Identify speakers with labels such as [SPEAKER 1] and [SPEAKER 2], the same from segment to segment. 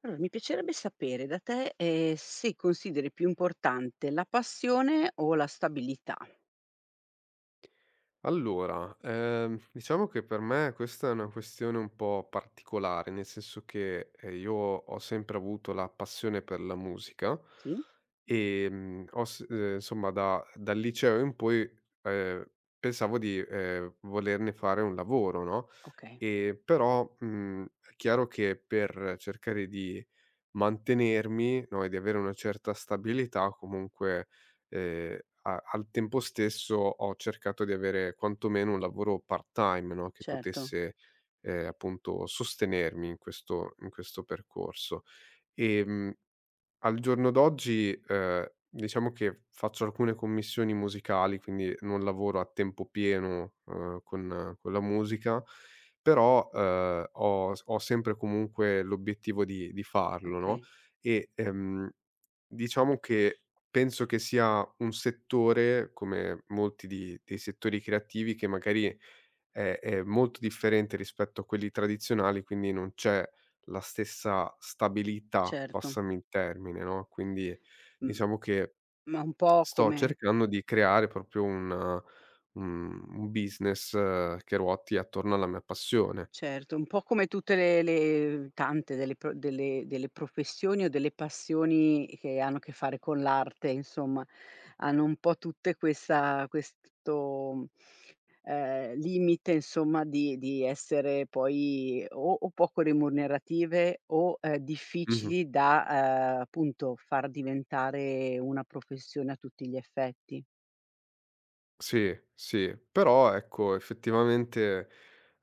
[SPEAKER 1] Allora, mi piacerebbe sapere da te, se consideri più importante la passione o la stabilità.
[SPEAKER 2] Allora, diciamo che per me questa è una questione un po' particolare, nel senso che, io ho sempre avuto la passione per la musica,
[SPEAKER 1] Sì?
[SPEAKER 2] ho s insomma da dal liceo in poi, ehm, pensavo di, volerne fare un lavoro, no,
[SPEAKER 1] Okay,
[SPEAKER 2] però, è chiaro che per cercare di mantenermi, no, e di avere una certa stabilità, comunque, ehm, a al tempo stesso ho cercato di avere quantomeno un lavoro part-time, no, che
[SPEAKER 1] certo,
[SPEAKER 2] potesse, appunto sostenermi in questo percorso. Ehm Al giorno d'oggi, diciamo che faccio alcune commissioni musicali, quindi non lavoro a tempo pieno, con la musica, però, ho sempre comunque l'obiettivo di farlo, no,
[SPEAKER 1] okay,
[SPEAKER 2] e, ehm diciamo che penso che sia un settore, come molti di dei settori creativi, che magari è molto differente rispetto a quelli tradizionali, quindi non c'è la stessa stabilità,
[SPEAKER 1] certo.
[SPEAKER 2] passami il termine, no. Quindi
[SPEAKER 1] Mh,
[SPEAKER 2] diciamo che
[SPEAKER 1] ma un po'
[SPEAKER 2] sto
[SPEAKER 1] come...
[SPEAKER 2] cercando di creare proprio un business, che ruoti attorno alla mia passione.
[SPEAKER 1] Certo, un po' come tutte le tante delle professioni o delle passioni che hanno a che fare con l'arte, insomma, hanno un po' tutte questa questo, limite insomma di essere poi o poco remunerative o,
[SPEAKER 2] Mh-mh.
[SPEAKER 1] difficili da, appunto far diventare una professione a tutti gli effetti.
[SPEAKER 2] Sì, sì, però ecco effettivamente,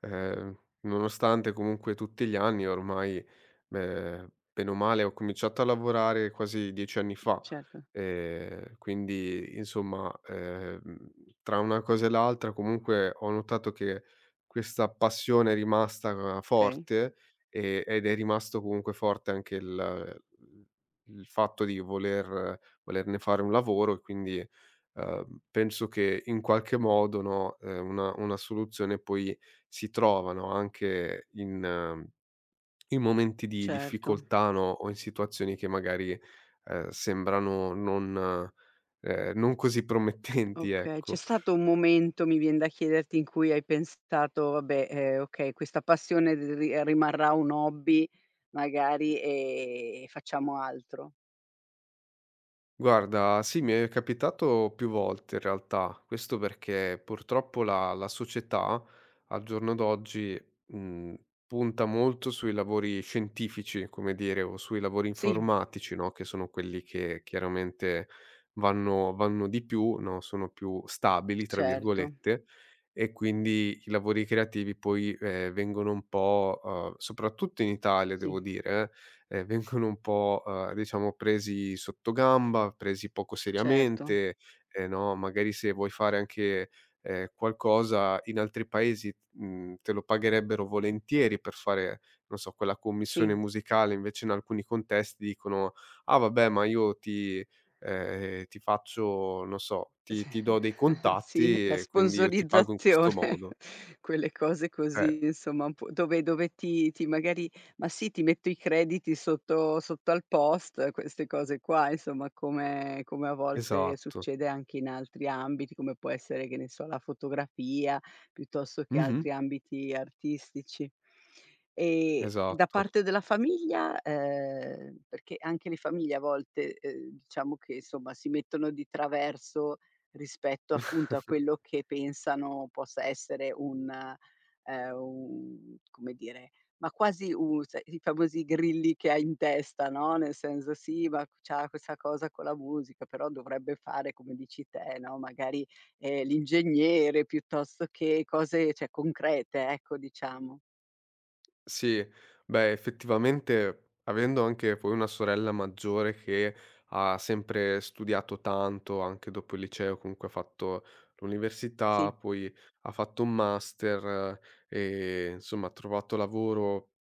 [SPEAKER 2] nonostante comunque tutti gli anni ormai, bene o male ho cominciato a lavorare quasi 10 anni fa,
[SPEAKER 1] Certo,
[SPEAKER 2] quindi insomma, tra una cosa e l'altra comunque ho notato che questa passione è rimasta
[SPEAKER 1] okay,
[SPEAKER 2] forte, ed è rimasto comunque forte anche il fatto di volerne fare un lavoro. E quindi penso che in qualche modo, no, una soluzione poi si trova, no, anche in momenti di
[SPEAKER 1] certo.
[SPEAKER 2] difficoltà, no, o in situazioni che magari, sembrano non così promettenti,
[SPEAKER 1] Okay, c'è
[SPEAKER 2] ecco.
[SPEAKER 1] stato un momento, mi vien da chiederti, in cui hai pensato: "Vabbè, okay, questa passione r ri rimarrà un hobby magari, e facciamo altro."
[SPEAKER 2] Guarda, sì, mi è capitato più volte in realtà. Questo perché purtroppo la società al giorno d'oggi mh, punta molto sui lavori scientifici, come dire, o sui lavori
[SPEAKER 1] Sì,
[SPEAKER 2] informatici, no? Che sono quelli che chiaramente vanno di più, no? Sono più stabili, tra
[SPEAKER 1] certo,
[SPEAKER 2] virgolette, e quindi i lavori creativi poi, vengono un po', soprattutto in Italia, devo
[SPEAKER 1] sì,
[SPEAKER 2] dire, vengono un po', diciamo, presi sottogamba, presi poco
[SPEAKER 1] certo,
[SPEAKER 2] seriamente, no, magari se vuoi fare anche, qualcosa in altri paesi, te lo pagherebbero volentieri per fare, non so, quella commissione
[SPEAKER 1] sì.
[SPEAKER 2] musicale, invece in alcuni contesti dicono: "Ah vabbè, ma io ti ti faccio, non so,
[SPEAKER 1] S
[SPEAKER 2] ti do dei
[SPEAKER 1] Sì,
[SPEAKER 2] contatti
[SPEAKER 1] la
[SPEAKER 2] e quindi io ti pago in questo
[SPEAKER 1] sponsorizzazione,
[SPEAKER 2] modo".
[SPEAKER 1] quelle cose
[SPEAKER 2] Eh,
[SPEAKER 1] così insomma un po' dove ti magari... Ma sì, ti metto i crediti sotto al post, queste cose qua insomma, come a volte
[SPEAKER 2] esatto.
[SPEAKER 1] succede anche in altri ambiti, come può essere, che ne so, la fotografia, piuttosto che
[SPEAKER 2] Mh-mh,
[SPEAKER 1] altri ambiti artistici. E da
[SPEAKER 2] esatto.
[SPEAKER 1] parte della famiglia, perché anche le famiglie a volte, diciamo che insomma si mettono di traverso rispetto appunto a quello che pensano possa essere un un, come dire, ma quasi u sai i famosi grilli che hai in testa, no, nel senso: "Sì, ma c'ha questa cosa con la musica, però dovrebbe fare come dici te, no, magari, l'ingegnere piuttosto che cose, cioè, concrete", ecco, diciamo.
[SPEAKER 2] Sì, beh, effettivamente avendo anche poi una sorella maggiore che ha sempre studiato tanto, anche dopo il liceo, comunque ha fatto l'università,
[SPEAKER 1] Sì.
[SPEAKER 2] poi ha fatto un master, e insomma ha trovato lavoro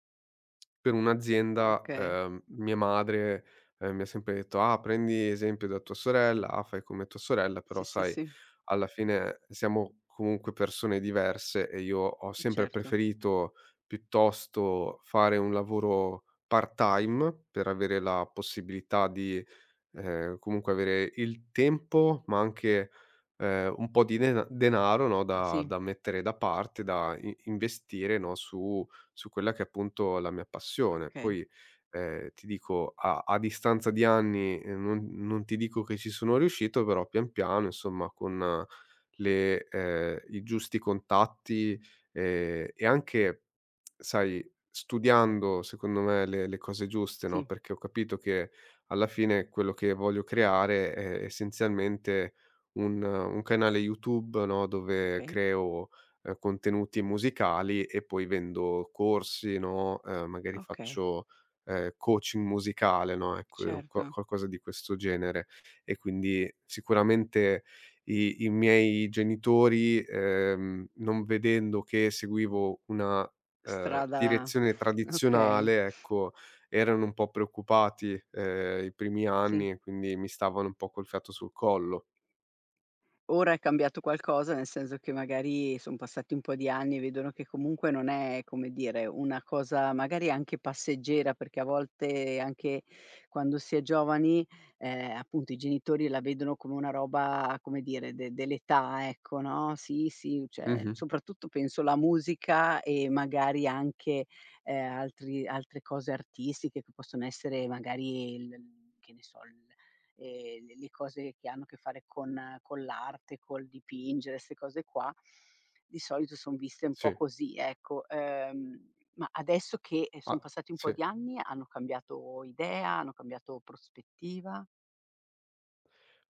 [SPEAKER 2] per un'azienda.
[SPEAKER 1] Okay.
[SPEAKER 2] Mia madre, mi ha sempre detto: "Ah, prendi esempio da tua sorella, ah, fai come tua sorella", però
[SPEAKER 1] Sì, sì,
[SPEAKER 2] sai,
[SPEAKER 1] sì.
[SPEAKER 2] alla fine siamo comunque persone diverse e io ho
[SPEAKER 1] Eh
[SPEAKER 2] sempre
[SPEAKER 1] certo.
[SPEAKER 2] preferito piuttosto fare un lavoro part-time per avere la possibilità di, comunque avere il tempo, ma anche, un po' di denaro, no, da
[SPEAKER 1] Sì.
[SPEAKER 2] da mettere da parte, da i investire, no, su quella che è appunto la mia passione.
[SPEAKER 1] Okay.
[SPEAKER 2] Poi, ti dico, a distanza di anni, non ti dico che ci sono riuscito, però pian piano insomma con le i giusti contatti, e anche, sai, studiando secondo me le cose giuste, no,
[SPEAKER 1] Sì.
[SPEAKER 2] perché ho capito che alla fine quello che voglio creare è essenzialmente un canale YouTube, no, dove
[SPEAKER 1] Okay.
[SPEAKER 2] creo, contenuti musicali e poi vendo corsi, no, magari
[SPEAKER 1] Okay,
[SPEAKER 2] faccio, coaching musicale, no, ecco,
[SPEAKER 1] certo.
[SPEAKER 2] qualcosa di questo genere. E quindi sicuramente i miei genitori, non vedendo che seguivo una,
[SPEAKER 1] Strada...
[SPEAKER 2] direzione
[SPEAKER 1] okay.
[SPEAKER 2] tradizionale, ecco, erano un po' preoccupati, i primi
[SPEAKER 1] Sì.
[SPEAKER 2] anni, e quindi mi stavano un po' col fiato sul collo.
[SPEAKER 1] Ora è cambiato qualcosa, nel senso che magari son passati un po' di anni e vedono che comunque non è, come dire, una cosa magari anche passeggera, perché a volte anche quando si è giovani, appunto i genitori la vedono come una roba, come dire, de dell'età, ecco, no, sì, sì, cioè
[SPEAKER 2] Mh-mh.
[SPEAKER 1] soprattutto penso la musica e magari anche, altri altre cose artistiche che possono essere magari il... che ne so, il... le cose che hanno a che fare con l'arte, col dipingere, 'ste cose qua, di solito son viste un po'
[SPEAKER 2] Sì.
[SPEAKER 1] così, ecco. Ma adesso che,
[SPEAKER 2] Ah,
[SPEAKER 1] son passati un po'
[SPEAKER 2] sì.
[SPEAKER 1] di anni, hanno cambiato idea, hanno cambiato prospettiva?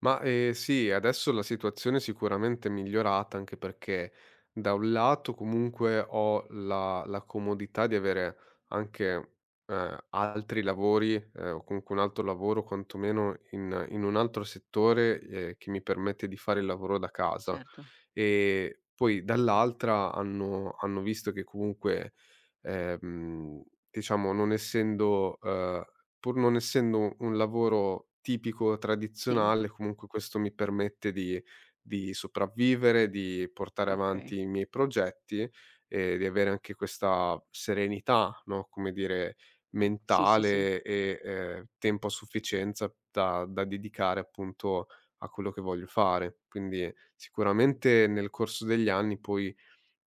[SPEAKER 2] Ma, sì, adesso la situazione, sicuramente è sicuramente migliorata, anche perché da un lato comunque ho la comodità di avere anche, altri lavori, o comunque un altro lavoro quantomeno in un altro settore, che mi permette di fare il lavoro da casa.
[SPEAKER 1] Certo,
[SPEAKER 2] Ehm, Poi dall'altra hanno visto che comunque, ehm, diciamo, non essendo, pur non essendo un lavoro tipico,
[SPEAKER 1] sì.
[SPEAKER 2] tradizionale, comunque questo mi permette di sopravvivere, di portare
[SPEAKER 1] Okay.
[SPEAKER 2] avanti i miei progetti e di avere anche questa serenità, no, come dire,
[SPEAKER 1] Ecco. Sì, sì, sì.
[SPEAKER 2] mentale e, tempo a sufficienza da dedicare appunto a quello che voglio fare. Quindi sicuramente nel corso degli anni poi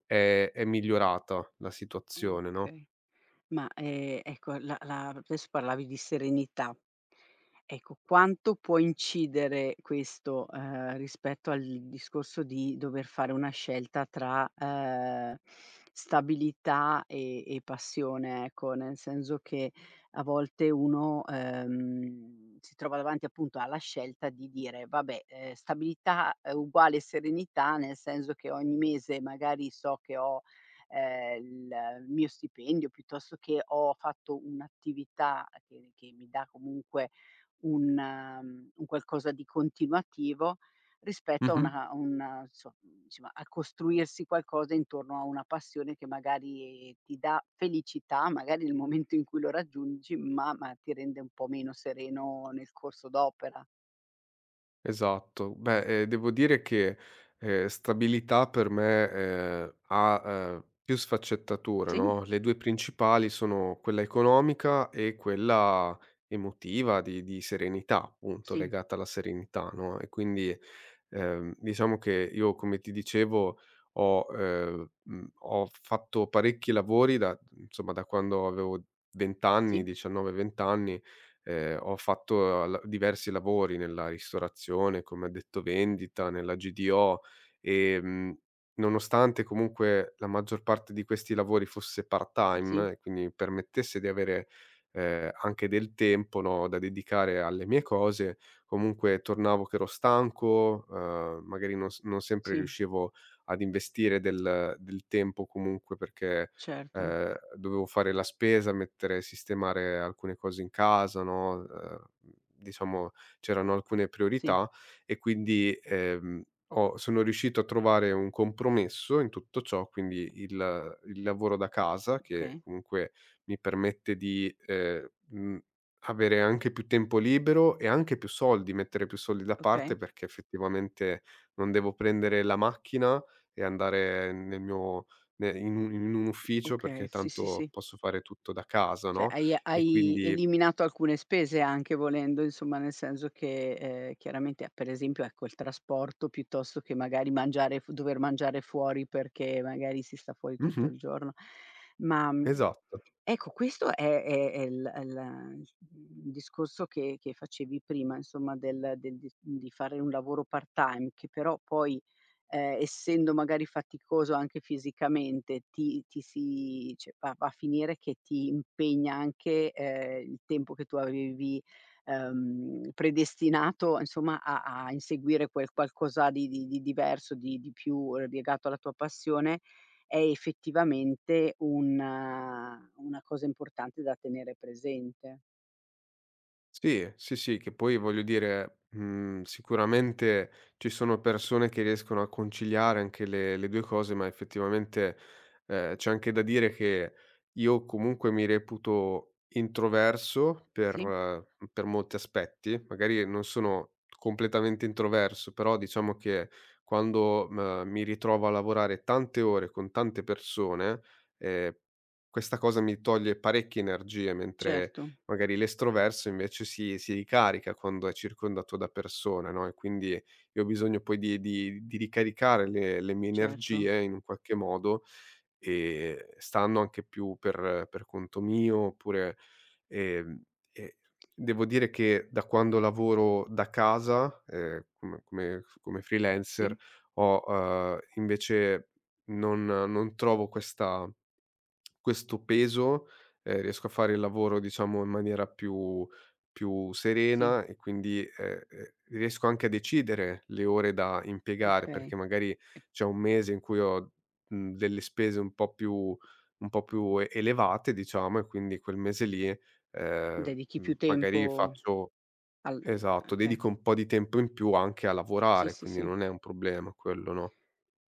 [SPEAKER 2] è migliorata la situazione, no.
[SPEAKER 1] Okay. Ma, ecco, la adesso parlavi di serenità. Ecco, quanto può incidere questo, rispetto al discorso di dover fare una scelta tra, stabilità e passione, ecco, nel senso che a volte uno, si trova davanti appunto alla scelta di dire: "Vabbè, stabilità, uguale serenità", nel senso che ogni mese magari so che ho ehm, il mio stipendio, piuttosto che ho fatto un'attività che mi dà comunque un un qualcosa di continuativo, rispetto a
[SPEAKER 2] Mh-mh.
[SPEAKER 1] una insomma, a costruirsi qualcosa intorno a una passione che magari ti dà felicità, magari nel momento in cui lo raggiungi, ma ti rende un po' meno sereno nel corso d'opera.
[SPEAKER 2] Esatto. Beh, devo dire che, stabilità, per me, ha, più sfaccettature,
[SPEAKER 1] Sì,
[SPEAKER 2] no, le 2 principali sono quella economica e quella emotiva di serenità, appunto,
[SPEAKER 1] sì,
[SPEAKER 2] legata alla serenità, no, e quindi, diciamo che io, come ti dicevo, ho, ho fatto parecchi lavori da insomma, da quando avevo 20 anni,
[SPEAKER 1] sì,
[SPEAKER 2] 19, 20 anni. Ho fatto la diversi lavori nella ristorazione, come addetto vendita, nella GDO, ehm, nonostante comunque la maggior parte di questi lavori fosse
[SPEAKER 1] sì,
[SPEAKER 2] part-time e quindi mi permettesse di avere, anche del tempo, no, da dedicare alle mie cose, comunque tornavo che ero stanco, magari non sempre
[SPEAKER 1] sì,
[SPEAKER 2] riuscivo ad investire del tempo comunque, perché
[SPEAKER 1] certo.
[SPEAKER 2] dovevo fare la spesa, mettere sistemare alcune cose in casa, no, diciamo, c'erano alcune
[SPEAKER 1] Sì,
[SPEAKER 2] priorità e quindi, ho sono riuscito a trovare un compromesso in tutto ciò, quindi il lavoro da casa che
[SPEAKER 1] okay,
[SPEAKER 2] comunque mi permette di, avere anche più tempo libero e anche più soldi, mettere più soldi da parte,
[SPEAKER 1] okay.
[SPEAKER 2] perché effettivamente non devo prendere la macchina e andare nel mio, ne in un ufficio,
[SPEAKER 1] Okay,
[SPEAKER 2] perché
[SPEAKER 1] sì, sì,
[SPEAKER 2] tanto
[SPEAKER 1] sì.
[SPEAKER 2] posso fare tutto da casa,
[SPEAKER 1] Cioè
[SPEAKER 2] no,
[SPEAKER 1] hai
[SPEAKER 2] e quindi
[SPEAKER 1] eliminato alcune spese anche volendo, insomma, nel senso che, chiaramente per esempio, ecco, il trasporto piuttosto che magari mangiare f dover mangiare fuori perché magari si sta fuori tutto
[SPEAKER 2] mh-mh,
[SPEAKER 1] il giorno. Ma, mhmm...
[SPEAKER 2] esatto.
[SPEAKER 1] Ecco, questo è è il discorso che facevi prima, insomma, del del di fare un lavoro part-time, che però poi, essendo magari faticoso anche fisicamente, ti ti si cioè va a finire che ti impegna anche, il tempo che tu avevi, predestinato, insomma, a inseguire quel qualcosa di diverso, di più legato alla tua passione, è effettivamente una cosa importante da tenere presente.
[SPEAKER 2] Sì, sì, sì, che poi voglio dire, sicuramente ci sono persone che riescono a conciliare anche le 2 cose, ma effettivamente, c'è anche da dire che io comunque mi reputo introverso
[SPEAKER 1] Sì,
[SPEAKER 2] per molti aspetti, magari non sono completamente introverso, però diciamo che quando, mi ritrovo a lavorare tante ore con tante persone, ehm, questa cosa mi toglie parecchie energie, mentre
[SPEAKER 1] certo,
[SPEAKER 2] magari l'estroverso invece si ricarica quando è circondato da persone, no, e quindi io ho bisogno poi di ricaricare le mie
[SPEAKER 1] certo.
[SPEAKER 2] energie in un qualche modo, stando anche più per conto mio, oppure, ehm, e devo dire che da quando lavoro da casa, come freelancer
[SPEAKER 1] Sì,
[SPEAKER 2] ho, invece, non trovo questa questo peso, riesco a fare il lavoro, diciamo, in maniera più
[SPEAKER 1] sì,
[SPEAKER 2] serena, e quindi, riesco anche a decidere le ore da impiegare, perché
[SPEAKER 1] okay.
[SPEAKER 2] magari
[SPEAKER 1] E
[SPEAKER 2] c'è un mese in cui ho, delle spese un po' più elevate, diciamo, e quindi quel mese lì,
[SPEAKER 1] dedichi più
[SPEAKER 2] magari
[SPEAKER 1] tempo
[SPEAKER 2] faccio
[SPEAKER 1] al...
[SPEAKER 2] esatto,
[SPEAKER 1] Okay.
[SPEAKER 2] dedico un po' di tempo in più anche a
[SPEAKER 1] Sì,
[SPEAKER 2] lavorare,
[SPEAKER 1] sì,
[SPEAKER 2] quindi
[SPEAKER 1] sì.
[SPEAKER 2] non è un problema quello, no?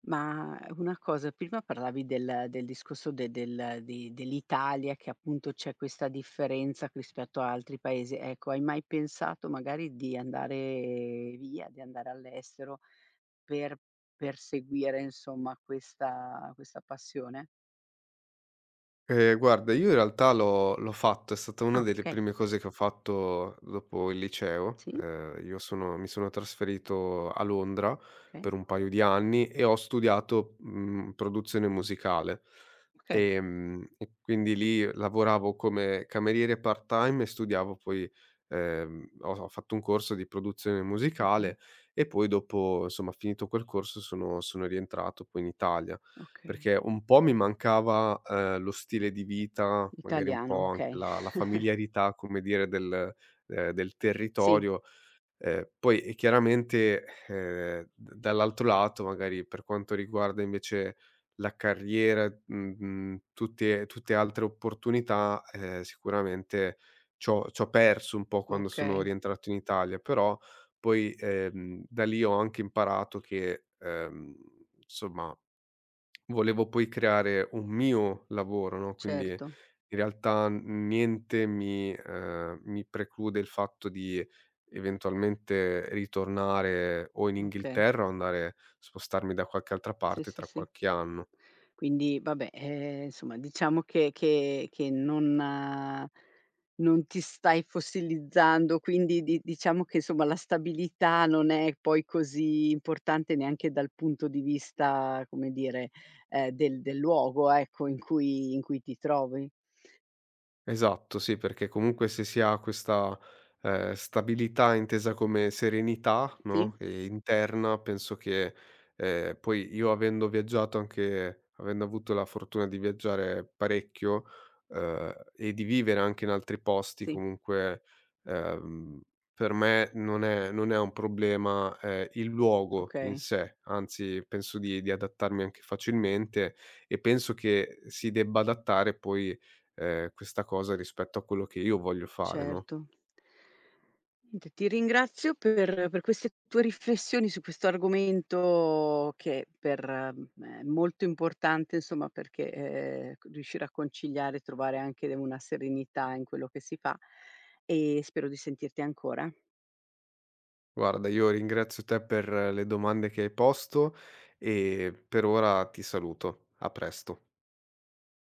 [SPEAKER 1] Ma una cosa, prima parlavi del del discorso de del di dell'Italia che appunto c'è questa differenza rispetto a altri paesi. Ecco, hai mai pensato magari di andare via, di andare all'estero... Per perseguire insomma questa questa passione?
[SPEAKER 2] Guarda, io in realtà l'ho fatto. È stata una
[SPEAKER 1] Ah,
[SPEAKER 2] delle
[SPEAKER 1] okay.
[SPEAKER 2] prime cose che ho fatto dopo il liceo.
[SPEAKER 1] Sì,
[SPEAKER 2] Io sono mi sono trasferito a Londra
[SPEAKER 1] okay,
[SPEAKER 2] per un paio di anni e ho studiato, produzione musicale.
[SPEAKER 1] okay,
[SPEAKER 2] E quindi lì lavoravo come cameriere part-time e studiavo, poi ho fatto un corso di produzione
[SPEAKER 1] okay,
[SPEAKER 2] musicale, e poi dopo, insomma, finito quel corso sono rientrato poi in Italia.
[SPEAKER 1] okay.
[SPEAKER 2] Perché un po' mi mancava, lo stile di vita, magari un
[SPEAKER 1] Italiano,
[SPEAKER 2] po' anche
[SPEAKER 1] okay.
[SPEAKER 2] la familiarità, come dire, del
[SPEAKER 1] Sì,
[SPEAKER 2] territorio. Poi e chiaramente, d dall'altro lato, magari per quanto riguarda invece la carriera, tutte altre opportunità, sicuramente c'ho perso un po' quando sono
[SPEAKER 1] okay,
[SPEAKER 2] rientrato in Italia, però poi, da lì ho anche imparato che, insomma, volevo poi creare un mio lavoro, no, quindi in
[SPEAKER 1] certo,
[SPEAKER 2] realtà niente mi preclude il fatto di eventualmente ritornare o in
[SPEAKER 1] okay.
[SPEAKER 2] Inghilterra o andare spostarmi da qualche altra
[SPEAKER 1] Sì,
[SPEAKER 2] parte
[SPEAKER 1] sì,
[SPEAKER 2] tra
[SPEAKER 1] sì.
[SPEAKER 2] qualche anno.
[SPEAKER 1] Quindi vabbè, insomma diciamo che non non ti stai fossilizzando, quindi di diciamo che insomma la stabilità non è poi così importante neanche dal punto di vista, come dire, del luogo ecco in cui ti trovi.
[SPEAKER 2] Esatto, sì, perché comunque se si ha questa, stabilità intesa come serenità,
[SPEAKER 1] Sì?
[SPEAKER 2] no, interna, penso che, poi io avendo viaggiato, anche avendo avuto la fortuna di viaggiare parecchio, e di vivere anche in altri posti
[SPEAKER 1] Sì,
[SPEAKER 2] comunque, ehm, per me non è un problema, il luogo in
[SPEAKER 1] okay.
[SPEAKER 2] sé, anzi penso di adattarmi anche facilmente, e penso che si debba adattare poi, questa cosa rispetto a quello che io voglio fare, no.
[SPEAKER 1] Certo. Niente, ti ringrazio per queste tue riflessioni su questo argomento che per me è molto importante, insomma, perché, c riuscire a conciliare e trovare anche una serenità in quello che si fa, e spero di sentirti ancora.
[SPEAKER 2] Guarda, io ringrazio te per le domande che hai posto, e per ora ti saluto. A presto.